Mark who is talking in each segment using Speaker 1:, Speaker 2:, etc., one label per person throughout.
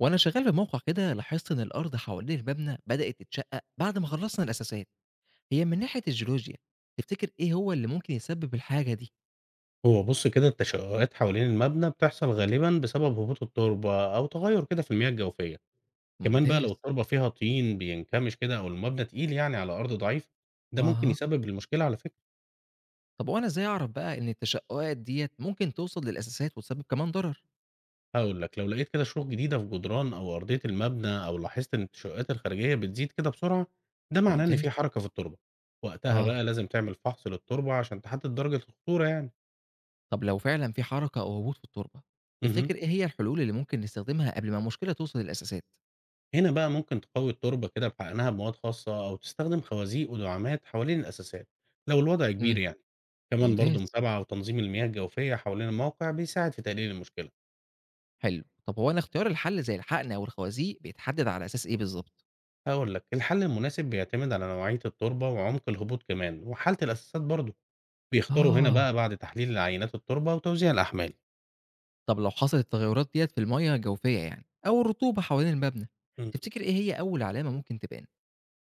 Speaker 1: وانا شغال في موقع كده، لاحظت ان الارض حوالين المبنى بدات تتشقق بعد ما خلصنا الاساسات. هي من ناحيه الجيولوجيا، تفتكر ايه هو اللي ممكن يسبب الحاجه دي؟
Speaker 2: هو بُص كده التشققات حوالين المبنى بتحصل غالبًا بسبب هبوط التربة أو تغير كده في المياه الجوفية، كمان بقى لو
Speaker 1: ممتاز.
Speaker 2: التربة فيها طين بينكمش كده أو المبنى تقيل يعني على أرض ضعيفة، ده ممكن
Speaker 1: اها.
Speaker 2: يسبب المشكلة على فكرة،
Speaker 1: طب وانا ازاي اعرف بقى ان التشققات ديت ممكن توصل للاساسات وتسبب كمان ضرر؟
Speaker 2: هاقول لك لو لقيت كده شروخ جديدة في جدران أو أرضية المبنى أو لاحظت إن التشققات الخارجية بتزيد كده بسرعة، ده معناه إن
Speaker 1: ممتاز.
Speaker 2: في حركة في التربة، وقتها
Speaker 1: اه.
Speaker 2: بقى لازم تعمل فحص للتربة عشان تحدد درجة الخطورة يعني.
Speaker 1: طب لو فعلا في حركه او هبوط في التربه،
Speaker 2: اهم.
Speaker 1: تفتكر ايه هي الحلول اللي ممكن نستخدمها قبل ما المشكله توصل للاساسات؟
Speaker 2: هنا بقى ممكن تقوي التربة كده بحقنها بمواد خاصة أو تستخدم خوازيق ودعامات حوالين الأساسات لو الوضع
Speaker 1: امم.
Speaker 2: كبير يعني. كمان
Speaker 1: ممتاز.
Speaker 2: برضو متابعة وتنظيم المياه الجوفية حوالين الموقع بيساعد في تقليل المشكلة.
Speaker 1: حلو، طب هو انا اختيار الحل زي الحقن او الخوازيق بيتحدد على اساس ايه بالظبط؟
Speaker 2: هقول لك الحل المناسب بيعتمد على نوعية التربة وعمق الهبوط كمان وحالة الأساسات برضو، بيختاروا هنا
Speaker 1: اه.
Speaker 2: بقى بعد تحليل العينات التربة وتوزيع الأحمال.
Speaker 1: طب لو حصلت التغيرات ديّة في المَيّة الجوفية أو الرطوبة حوالين المبنى،
Speaker 2: مم.
Speaker 1: تفتكر إيه هي أول علامة ممكن تبان؟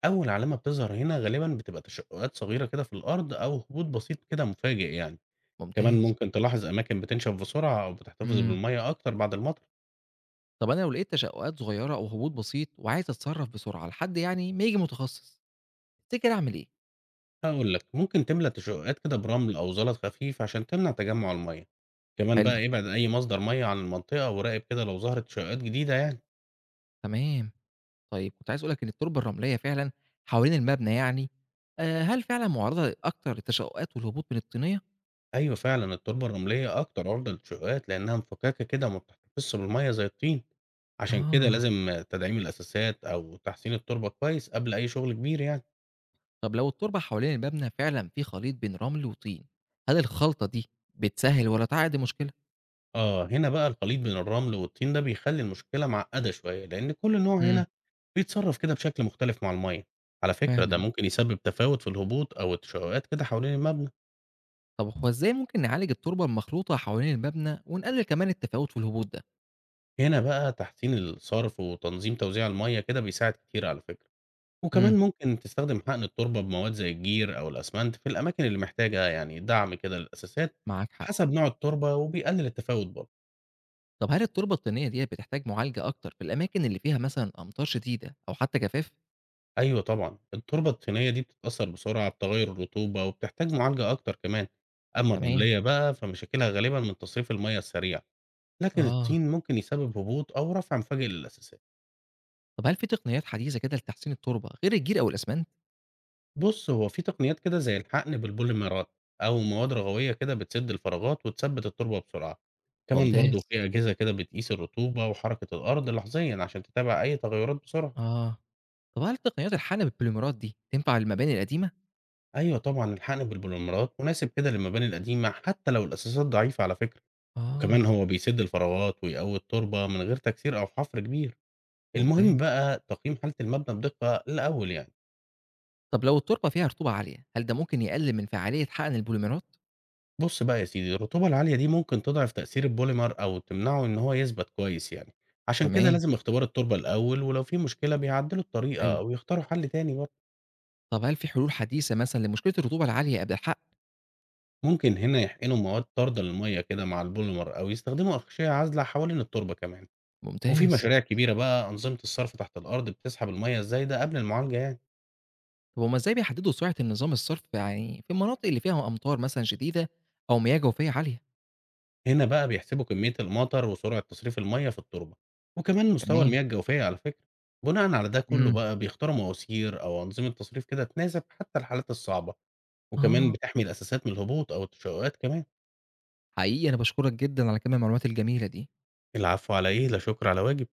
Speaker 2: أول علامة بتظهر هنا غالبا بتبقى تشققات صغيرة كده في الأرض أو هبوط بسيط كده مفاجئ يعني. كمان
Speaker 1: ممتاز.
Speaker 2: ممكن تلاحظ أماكن بتنشف بسرعة أو بتحتفظ
Speaker 1: إمم.
Speaker 2: بالمية أكتر بعد المطر.
Speaker 1: طب أنا لو لقيت تشقُّقات صغيرة أو هبوط بسيط وعايز أتصرّف بسرعة لحد ما ييجي متخصص، تفتكر أعمل إيه؟
Speaker 2: هاقول لك، ممكن تملى تشقّقات كده برمل أو زلط خفيف عشان تمنع تجمُّع المَيّة، كمان
Speaker 1: حلو،
Speaker 2: بقى ابعد أي مصدر مَيّة عن المنطقة وراقب كده لو ظهرت تشقّقات جديدة يعني.
Speaker 1: تمام. طيب كنت عايز أقول لك إن التربة الرملية فعلًا حوالين المبنى هل فعلًا مُعرّضة أكتر للتشقُّقات والهبوط من الطينية؟
Speaker 2: أيوه فعلًا التربة الرملية أكتر عُرضة للتشقّقات لإنها مفكّكة كده وما بتحتفظش بالمَيّة زي الطين، عشان كده
Speaker 1: آه.
Speaker 2: لازم تدعيم الأساسات أو تحسين التربة كويس قبل أي شغل كبير يعني.
Speaker 1: طب لو التربة حوالين المبنى فعلًا في خليط بين رمل وطين، هل الخلطة دي بتسهِّل والّا تعقّد المشكلة؟
Speaker 2: آه، هنا بقى الخليط بين الرمل والطين ده بيخلّي المشكلة معقّدة شوية، لإن كل نوع هنا بيتصرّف كده بشكل مختلف مع المَيّة. على فكرة ده
Speaker 1: فعلًا.
Speaker 2: ممكن يسبب تفاوت في الهبوط أو التشقُّقات كده حوالين المبنى.
Speaker 1: طب هو إزاي ممكن نعالج التربة المخلوطة حوالين المبنى ونقلل كمان التفاوت في الهبوط ده؟
Speaker 2: هنا بقى تحسين الصرف وتنظيم توزيع المَيّة كده بيساعد كتير على فكرة.
Speaker 1: امم.
Speaker 2: وكمان ممكن تستخدم حقن التربة بمواد زي الجير أو الأسمنت في الأماكن اللي محتاجة يعني دعم كده للأساسات
Speaker 1: معاك حق.
Speaker 2: حسب نوع التربة وبيقلل التفاوت برضه.
Speaker 1: طب هل التربة الطينية ديّة بتحتاج معالجة أكتر في الأماكن اللي فيها مثلًا أمطار شديدة أو حتى جفاف؟
Speaker 2: أيوه طبعًا، التربة الطينية دي بتتأثّر بسرعة بتغيُّر الرطوبة وبتحتاج معالجة أكتر كمان، أمّا
Speaker 1: تمام.
Speaker 2: الرملية بقى فمشاكلها غالبًا من تصريف المَيّة السريع، لكن
Speaker 1: آه.
Speaker 2: الطين ممكن يسبب هبوط أو رفع مفاجئ للأساسات.
Speaker 1: طب هل في تقنيات حديثة كده لتحسين التربة غير الجير أو الأسمنت؟
Speaker 2: بُص، هو في تقنيات كده زي الحقن بالبوليمرات أو مواد رغوية كده بتسد الفراغات وتثبّت التربة بسرعة، كمان
Speaker 1: ممتاز.
Speaker 2: برضه في أجهزة كده بتقيس الرطوبة وحركة الأرض لحظيًا عشان تتابع أي تغيُّرات بسرعة.
Speaker 1: آه. طب هل تقنيات الحقن بالبوليمرات دي تنفع للمباني القديمة؟
Speaker 2: أيوه طبعًا، الحقن بالبوليمرات مناسب كده للمباني القديمة حتى لو الأساسات ضعيفة على فكرة. وكمان
Speaker 1: آه،
Speaker 2: هو بيسد الفراغات ويقوي التربة من غير تكسير أو حفر كبير. المهم
Speaker 1: ممتاز.
Speaker 2: بقى تقييم حالة المبنى بدقة الأول يعني.
Speaker 1: طب لو التربة فيها رطوبة عالية، هل ده ممكن يقلل من فعالية حقن البوليمرات؟
Speaker 2: بص بقى يا سيدي الرطوبة العالية دي ممكن تضعف تأثير البوليمر أو تمنعه إن هو يثبت كويس يعني، عشان كده
Speaker 1: تمام،
Speaker 2: لازم اختبار التربة الأول ولو في مشكلة بيعدلوا الطريقة
Speaker 1: حلو.
Speaker 2: أو يختاروا حل تاني برضه.
Speaker 1: طب هل في حلول حديثة مثلًا لمشكلة الرطوبة العالية قبل الحَقْل؟
Speaker 2: ممكن هنا يحقنوا مواد طاردة للمية كده مع البوليمر أو يستخدموا أغشية عازلة حوالين التربة كمان. وفي
Speaker 1: ممتاز.
Speaker 2: مشاريع كبيرة بقى أنظمة الصرف تحت الأرض بتسحب المية الزايدة قبل المعالجة يعني.
Speaker 1: طب هُم إزاي بيحددوا سرعة النظام الصرف في المناطق اللي فيها أمطار مثلًا شديدة أو مياه جوفية عالية؟
Speaker 2: هنا بقى بيحسبوا كمية المطر وسرعة تصريف المية في التربة وكمان مستوى
Speaker 1: تمام.
Speaker 2: المياه الجوفية على فكرة. بناء على ده كله
Speaker 1: إمم.
Speaker 2: بقى بيختاروا مواسير أو أنظمة تصريف كده تناسب حتى الحالات الصعبة وكمان
Speaker 1: آه.
Speaker 2: بتحمي الأساسات من الهبوط أو التشققات كمان.
Speaker 1: حقيقي أنا باشكرك جدًا على كم المعلومات الجميلة دي.
Speaker 2: العفو على إيه لا شكر على واجب.